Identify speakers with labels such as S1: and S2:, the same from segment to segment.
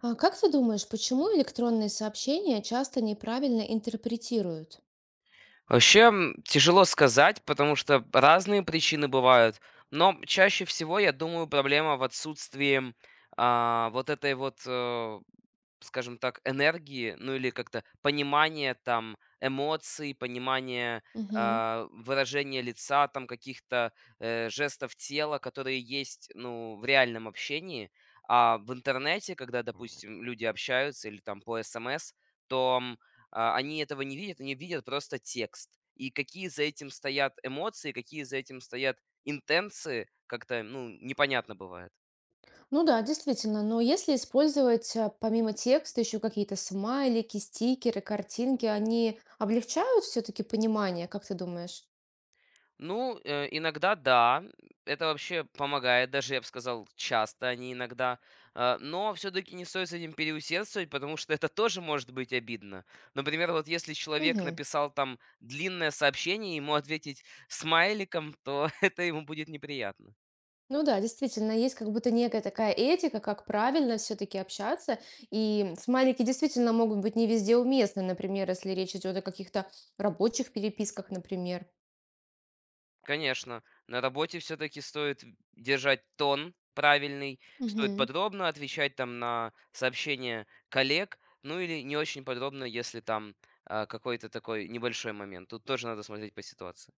S1: А как ты думаешь, почему электронные сообщения часто неправильно интерпретируют?
S2: Вообще, тяжело сказать, потому что разные причины бывают, но чаще всего, я думаю, проблема в отсутствии вот этой вот, скажем так, энергии, ну или как-то понимания там эмоций, понимания
S1: Мгм.
S2: выражения лица, там каких-то жестов тела, которые есть, ну, в реальном общении. А в интернете, когда, допустим, люди общаются или там по СМС, то они этого не видят, они видят просто текст. И какие за этим стоят эмоции, какие за этим стоят интенции, как-то, ну, непонятно бывает.
S1: Ну да, действительно, но если использовать помимо текста еще какие-то смайлики, стикеры, картинки, они облегчают все-таки понимание, как ты думаешь?
S2: Ну, иногда да, это вообще помогает, даже, я бы сказал, часто, а не иногда. Но все-таки не стоит с этим переусердствовать, потому что это тоже может быть обидно. Например, вот если человек
S1: Мгм.
S2: написал там длинное сообщение, ему ответить смайликом, то это ему будет неприятно.
S1: Ну да, действительно, есть как будто некая такая этика, как правильно все-таки общаться. И смайлики действительно могут быть не везде уместны, например, если речь идет о каких-то рабочих переписках, например.
S2: Конечно, на работе все-таки стоит держать тон правильный, стоит
S1: Мгм.
S2: подробно отвечать там на сообщения коллег, ну или не очень подробно, если там какой-то такой небольшой момент. Тут тоже надо смотреть по ситуации.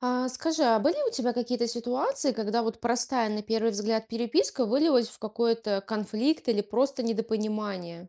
S1: А скажи, а были у тебя какие-то ситуации, когда вот простая на первый взгляд переписка вылилась в какой-то конфликт или просто недопонимание?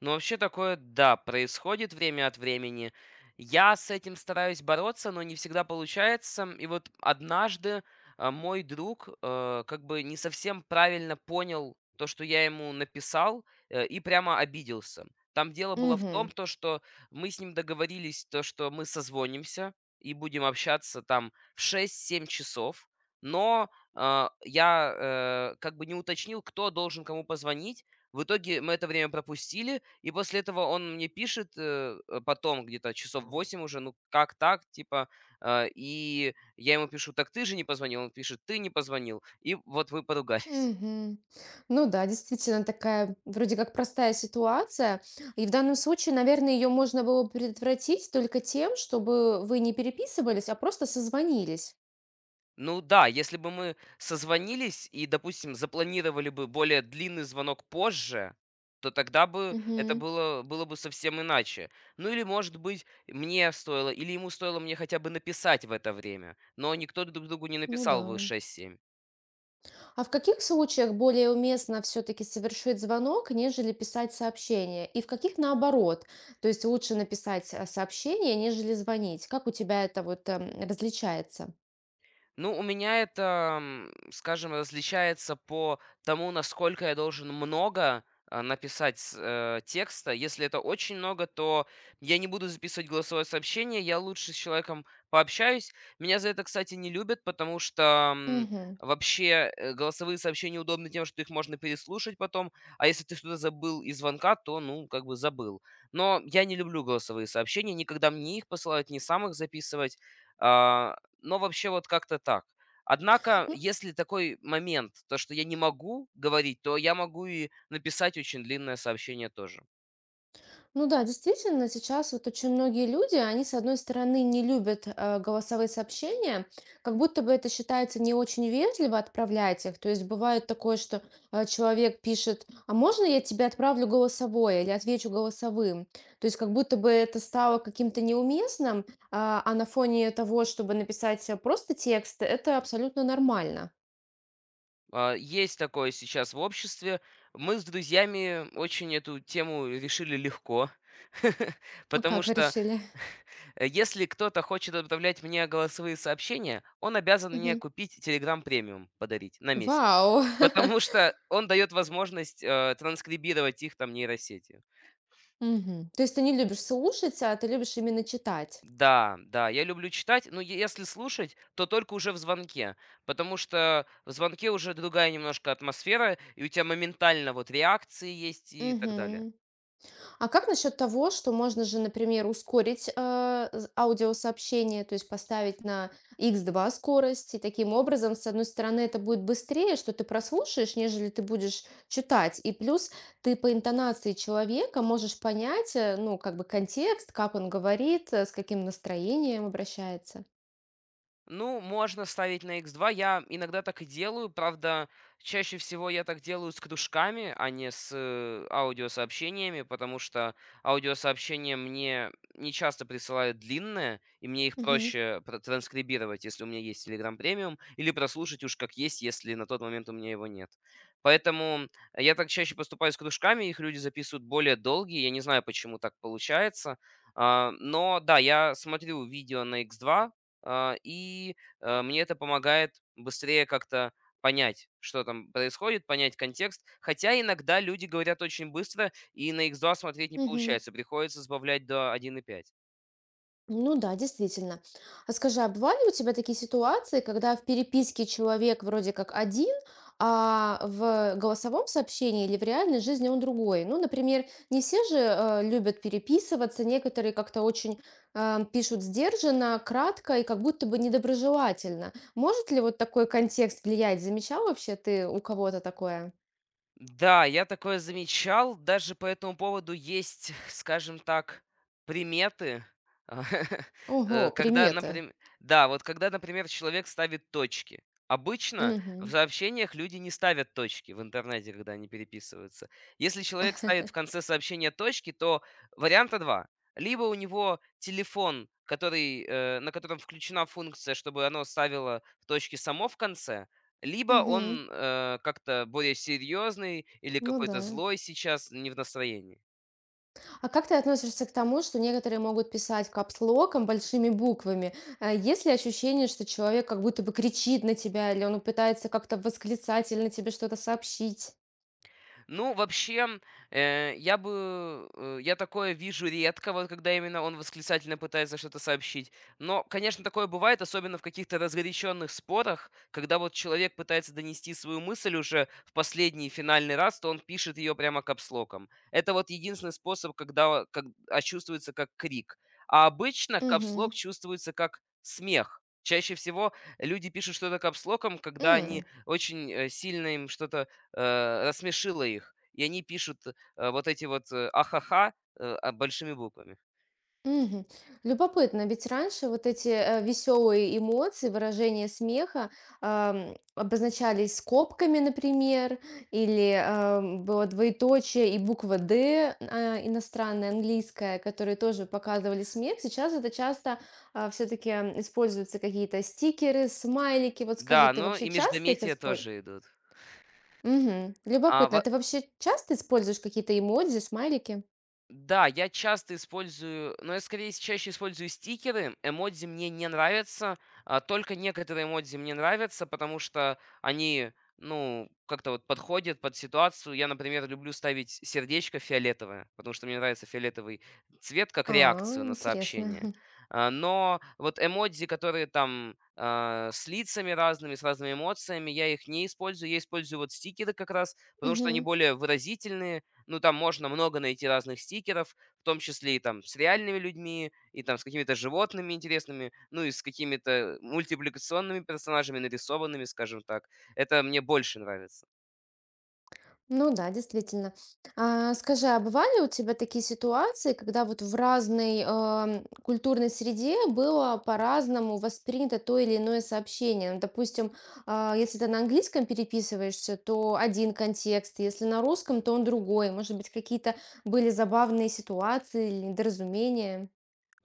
S2: Ну, вообще такое, да, происходит время от времени. Я с этим стараюсь бороться, но не всегда получается. И вот однажды мой друг как бы не совсем правильно понял то, что я ему написал, и прямо обиделся. Там дело было в том,
S1: Мгм.
S2: то, что мы с ним договорились, то, что мы созвонимся и будем общаться там в 6-7 часов. Но я как бы не уточнил, кто должен кому позвонить, в итоге мы это время пропустили, и после этого он мне пишет, потом, где-то часов 8 уже, ну как так, типа, и я ему пишу, так ты же не позвонил, он пишет, ты не позвонил, и вот мы поругались.
S1: Мгм. Ну да, действительно такая вроде как простая ситуация. И в данном случае, наверное, ее можно было бы предотвратить только тем, чтобы вы не переписывались, а просто созвонились.
S2: Ну да, если бы мы созвонились и, допустим, запланировали бы более длинный звонок позже, то тогда бы это
S1: Мгм.
S2: было, было бы совсем иначе. Ну или, может быть, мне стоило, или ему стоило мне хотя бы написать в это время, но никто друг другу не
S1: Ну да.
S2: написал в 6-7.
S1: А в каких случаях более уместно все-таки совершить звонок, нежели писать сообщение? И в каких наоборот? То есть лучше написать сообщение, нежели звонить? Как у тебя это вот различается?
S2: Ну, у меня это, скажем, различается по тому, насколько я должен много написать текста. Если это очень много, то я не буду записывать голосовое сообщение, я лучше с человеком пообщаюсь. Меня за это, кстати, не любят, потому что
S1: Мгм.
S2: вообще голосовые сообщения удобны тем, что их можно переслушать потом, а если ты что-то забыл из звонка, то, ну, как бы забыл. Но я не люблю голосовые сообщения, никогда мне их посылают, не сам их записывать. А, но вообще вот как-то так. Однако, если такой момент, то, что я не могу говорить, то я могу и написать очень длинное сообщение тоже.
S1: Ну да, действительно, сейчас вот очень многие люди, они, с одной стороны, не любят голосовые сообщения, как будто бы это считается не очень вежливо отправлять их. То есть бывает такое, что человек пишет, а можно я тебе отправлю голосовое или отвечу голосовым? То есть как будто бы это стало каким-то неуместным, а на фоне того, чтобы написать просто текст, это абсолютно нормально.
S2: Есть такое сейчас в обществе. Мы с друзьями очень эту тему решили легко,
S1: Ну
S2: потому
S1: как вы
S2: что
S1: решили?
S2: если кто-то хочет отправлять мне голосовые сообщения, он обязан мне
S1: Мгм.
S2: купить Telegram премиум, подарить на месяц.
S1: Вау!
S2: Потому что он дает возможность транскрибировать их там нейросети.
S1: Мгм. То есть ты не любишь слушать, а ты любишь именно читать.
S2: Да, да, я люблю читать, но е если слушать, то только уже в звонке, потому что в звонке уже другая немножко атмосфера, и у тебя моментально вот реакции есть и так далее.
S1: Мгм. А как насчет того, что можно же, например, ускорить, аудиосообщение, то есть поставить на x2 скорость, и таким образом, с одной стороны, это будет быстрее, что ты прослушаешь, нежели ты будешь читать, и плюс ты по интонации человека можешь понять, ну, как бы контекст, как он говорит, с каким настроением обращается.
S2: Ну, можно ставить на X2. Я иногда так и делаю. Правда, чаще всего я так делаю с кружками, а не с аудиосообщениями, потому что аудиосообщения мне не часто присылают длинные, и мне их
S1: Мгм.
S2: проще транскрибировать, если у меня есть Telegram Premium, или прослушать уж как есть, если на тот момент у меня его нет. Поэтому я так чаще поступаю с кружками, их люди записывают более долгие. Я не знаю, почему так получается. Но да, я смотрю видео на X2, и мне это помогает быстрее как-то понять, что там происходит, понять контекст. Хотя иногда люди говорят очень быстро, и на X2 смотреть не
S1: Мгм.
S2: получается, приходится сбавлять до 1,5.
S1: Ну да, действительно. А скажи, а бывали у тебя такие ситуации, когда в переписке человек вроде как один, а в голосовом сообщении или в реальной жизни он другой? Ну, например, не все же любят переписываться, некоторые как-то очень пишут сдержанно, кратко и как будто бы недоброжелательно. Может ли вот такой контекст влиять? Замечал вообще ты у кого-то такое?
S2: Да, я такое замечал. Даже по этому поводу есть, скажем так, приметы.
S1: Ого,
S2: Когда,
S1: приметы.
S2: например, да, вот когда, например, человек ставит точки. Обычно в
S1: Угу.
S2: сообщениях люди не ставят точки в интернете, когда они переписываются. Если человек ставит в конце сообщения точки, то варианта два. Либо у него телефон, который, на котором включена функция, чтобы оно ставило точки само в конце, либо
S1: Угу.
S2: он, как-то более серьезный или
S1: Ну да.
S2: какой-то злой сейчас, не в настроении.
S1: А как ты относишься к тому, что некоторые могут писать капслоком, большими буквами? Есть ли ощущение, что человек как будто бы кричит на тебя, или он пытается как-то восклицательно тебе что-то сообщить?
S2: Ну, вообще, я бы, э, я такое вижу редко, вот когда именно он восклицательно пытается что-то сообщить. Но, конечно, такое бывает, особенно в каких-то разгоряченных спорах, когда вот человек пытается донести свою мысль уже в последний финальный раз, то он пишет ее прямо капслоком. Это вот единственный способ, когда э, как, а чувствуется как крик. А обычно
S1: Мгм.
S2: капслок чувствуется как смех. Чаще всего люди пишут что-то капслоком, когда они очень сильно им что-то рассмешила их, и они пишут, вот эти вот, "ахаха", большими буквами.
S1: Мгм. Любопытно, ведь раньше вот эти веселые эмоции, выражения смеха обозначались скобками, например, или было двоеточие и буква «Д» иностранная, английская, которые тоже показывали смех. Сейчас это часто все-таки используются какие-то стикеры, смайлики. Вот скажи,
S2: Да,
S1: ты
S2: но
S1: вообще
S2: и
S1: часто их
S2: междометия
S1: используешь?
S2: тоже идут.
S1: Угу.
S2: А,
S1: Любопытно,
S2: во
S1: ты вообще часто используешь какие-то эмодзи, смайлики?
S2: Да, я часто использую, но я скорее чаще использую стикеры. Эмодзи мне не нравятся, только некоторые эмодзи мне нравятся, потому что они, ну, как-то вот подходят под ситуацию. Я, например, люблю ставить сердечко фиолетовое, потому что мне нравится фиолетовый цвет как
S1: А,
S2: реакцию на
S1: интересно.
S2: сообщение. Но вот эмодзи, которые там с лицами разными, с разными эмоциями, я их не использую. Я использую вот стикеры как раз, потому что они
S1: Мгм.
S2: более выразительные, ну, там можно много найти разных стикеров, в том числе и там с реальными людьми, и там с какими-то животными интересными, ну и с какими-то мультипликационными персонажами, нарисованными, скажем так. Это мне больше нравится.
S1: Ну да, действительно. А, скажи, а бывали у тебя такие ситуации, когда вот в разной культурной среде было по-разному воспринято то или иное сообщение? Ну, допустим, если ты на английском переписываешься, то один контекст, если на русском, то он другой. Может быть, какие-то были забавные ситуации или недоразумения?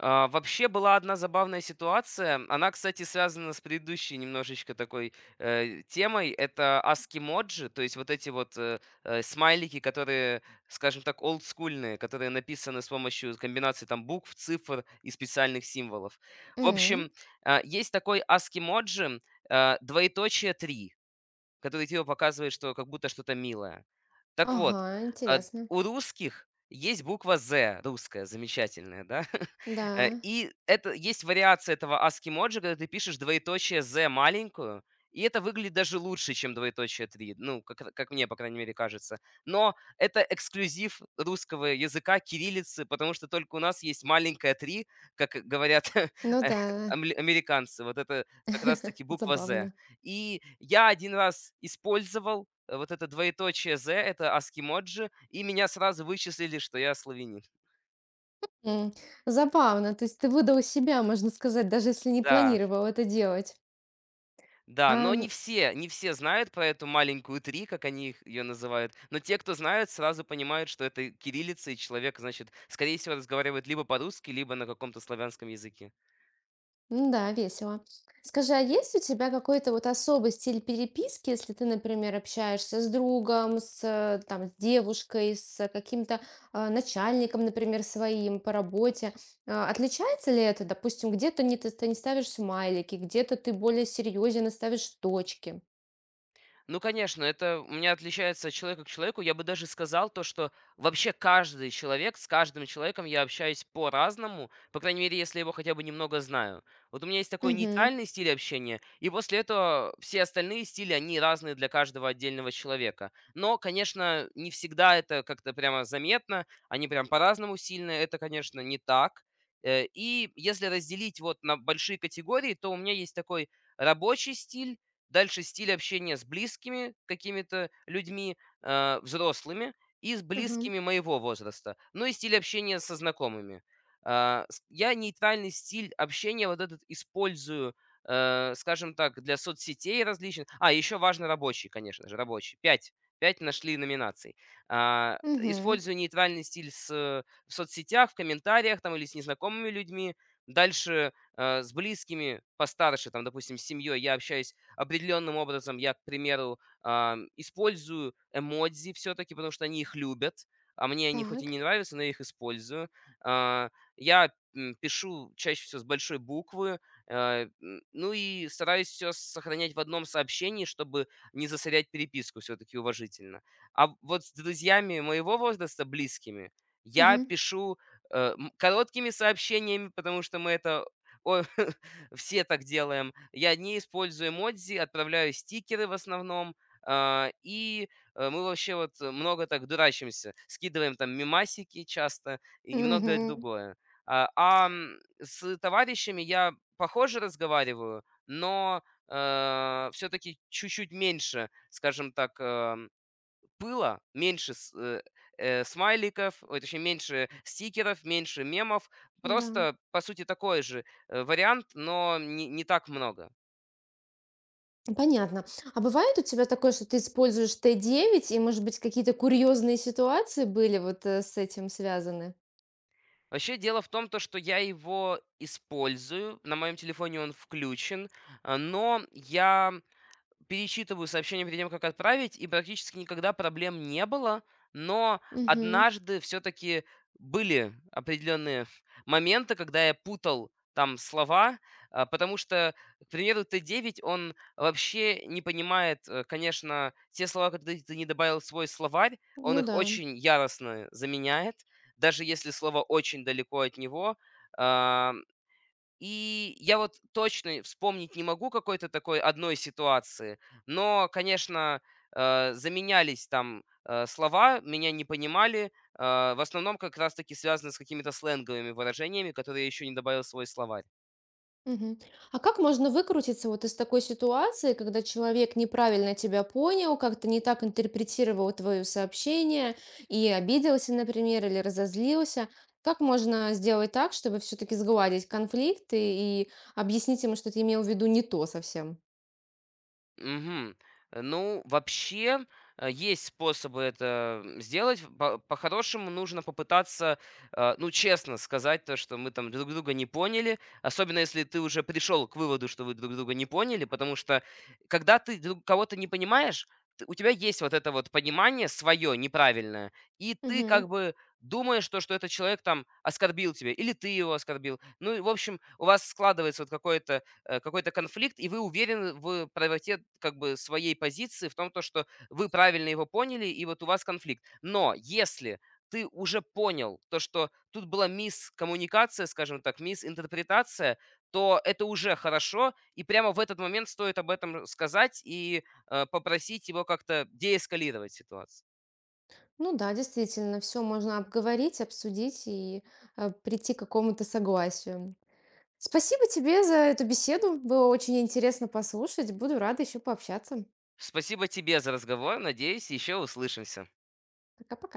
S2: Вообще была одна забавная ситуация. Она, кстати, связана с предыдущей немножечко такой темой. Это аскимоджи, то есть вот эти вот смайлики, которые, скажем так, олдскульные, которые написаны с помощью комбинации там букв, цифр и специальных символов. В
S1: М.
S2: общем, есть такой аскимоджи двоеточие 3. Который тебе показывает, что как будто что-то милое. Так вот,
S1: Ага,
S2: а,
S1: интересно.
S2: у русских есть буква "з", русская, замечательная, да.
S1: Да,
S2: И это есть вариация этого ASCII-моджи, когда ты пишешь двоеточие "з" маленькую, и это выглядит даже лучше, чем двоеточие 3. Ну, как это как мне, по крайней мере, кажется. Но это эксклюзив русского языка, кириллицы, потому что только у нас есть маленькая 3, как говорят, э,
S1: ну да,
S2: амле американцы. Вот это как раз таки буква "з".
S1: забавно.
S2: И я один раз использовал вот это двоеточие Z, это аскимоджи, и меня сразу вычислили, что я славянин.
S1: М, забавно, то есть ты выдал себя, можно сказать, даже если не
S2: Да,
S1: планировал это делать.
S2: да,
S1: А,
S2: но не все знают про эту маленькую "три", как они ее называют, но те, кто знают, сразу понимают, что это кириллица, и человек, значит, скорее всего, разговаривает либо по-русски, либо на каком-то славянском языке.
S1: м-да, весело. Скажи, а есть у тебя какой-то вот особый стиль переписки, если ты, например, общаешься с другом, с, там, с девушкой, с каким-то, начальником, например, своим по работе? А, отличается ли это? Допустим, где-то не ты не ставишь смайлики, где-то ты более серьезен и ставишь точки.
S2: Ну, конечно, это у меня отличается от человека к человеку. Я бы даже сказал то, что вообще каждый человек, с каждым человеком я общаюсь по-разному, по крайней мере, если я его хотя бы немного знаю. Вот у меня есть такой
S1: Угу.
S2: нейтральный стиль общения, и после этого все остальные стили, они разные для каждого отдельного человека. Но, конечно, не всегда это как-то прямо заметно, они прям по-разному сильны, это, конечно, не так. И если разделить вот на большие категории, то у меня есть такой рабочий стиль, дальше стиль общения с близкими какими-то людьми, взрослыми и с
S1: Ага.
S2: близкими моего возраста. Ну и стиль общения со знакомыми. Я нейтральный стиль общения вот этот использую, скажем так, для соцсетей различных. Еще важно рабочий, конечно же, рабочий. Пять. Пять нашли номинаций.
S1: Угу.
S2: Использую нейтральный стиль в соцсетях, в комментариях там, или с незнакомыми людьми. Дальше с близкими постарше, там, допустим, с семьей я общаюсь определенным образом я, к примеру, использую эмодзи все-таки, потому что они их любят, а мне они хоть и
S1: Так.
S2: не нравятся, но я их использую. А, Я пишу чаще всего с большой буквы, ну и стараюсь все сохранять в одном сообщении, чтобы не засорять переписку все-таки уважительно. А вот с друзьями моего возраста, близкими, я
S1: Угу.
S2: пишу короткими сообщениями, потому что мы это о- все так делаем. Я не использую эмодзи, отправляю стикеры в основном. И мы вообще вот много так дурачимся. Скидываем там мимасики часто и многое
S1: Мгм.
S2: другое. С товарищами я похоже разговариваю, но все-таки чуть-чуть меньше, скажем так, было меньше с смайликов, ой, точнее, меньше стикеров, меньше мемов.
S1: Да.
S2: Просто, по сути, такой же, вариант, но не так много.
S1: Понятно. А бывает у тебя такое, что ты используешь Т9, и, может быть, какие-то курьезные ситуации были вот с этим связаны?
S2: Вообще, дело в том, то, что я его использую. На моем телефоне он включен, но я перечитываю сообщение перед тем, как отправить, и практически никогда проблем не было. Но
S1: Мгм.
S2: однажды все-таки были определенные моменты, когда я путал там слова, потому что, к примеру, Т9, он вообще не понимает, конечно, те слова, которые ты не добавил в свой словарь, он
S1: Ну
S2: их
S1: да.
S2: очень яростно заменяет, даже если слово очень далеко от него. а, и я вот точно вспомнить не могу какой-то такой одной ситуации, но, конечно, заменялись там слова, меня не понимали, э, в основном как раз-таки связано с какими-то сленговыми выражениями, которые я еще не добавил в свой словарь.
S1: Мгм. А как можно выкрутиться вот из такой ситуации, когда человек неправильно тебя понял, как-то не так интерпретировал твое сообщение и обиделся, например, или разозлился? Как можно сделать так, чтобы все-таки сгладить конфликт и объяснить ему, что ты имел в виду не то совсем?
S2: Мгм. Ну, вообще, есть способы это сделать. По-хорошему нужно попытаться, ну, честно сказать то, что мы там друг друга не поняли, особенно если ты уже пришел к выводу, что вы друг друга не поняли, потому что когда ты кого-то не понимаешь, у тебя есть вот это вот понимание свое неправильное, и ты как бы думаешь то, что этот человек там оскорбил тебя, или ты его оскорбил. Ну, и, в общем, у вас складывается вот какой-то конфликт, и вы уверены в правоте как бы своей позиции, в том, то, что вы правильно его поняли, и вот у вас конфликт. Но если ты уже понял то, что тут была мисс-коммуникация, скажем так, мисс-интерпретация, то это уже хорошо, и прямо в этот момент стоит об этом сказать и попросить его как-то деэскалировать ситуацию.
S1: Ну да, действительно, все можно обговорить, обсудить и прийти к какому-то согласию. Спасибо тебе за эту беседу. Было очень интересно послушать. Буду рада еще пообщаться.
S2: Спасибо тебе за разговор, надеюсь, еще услышимся.
S1: Пока-пока.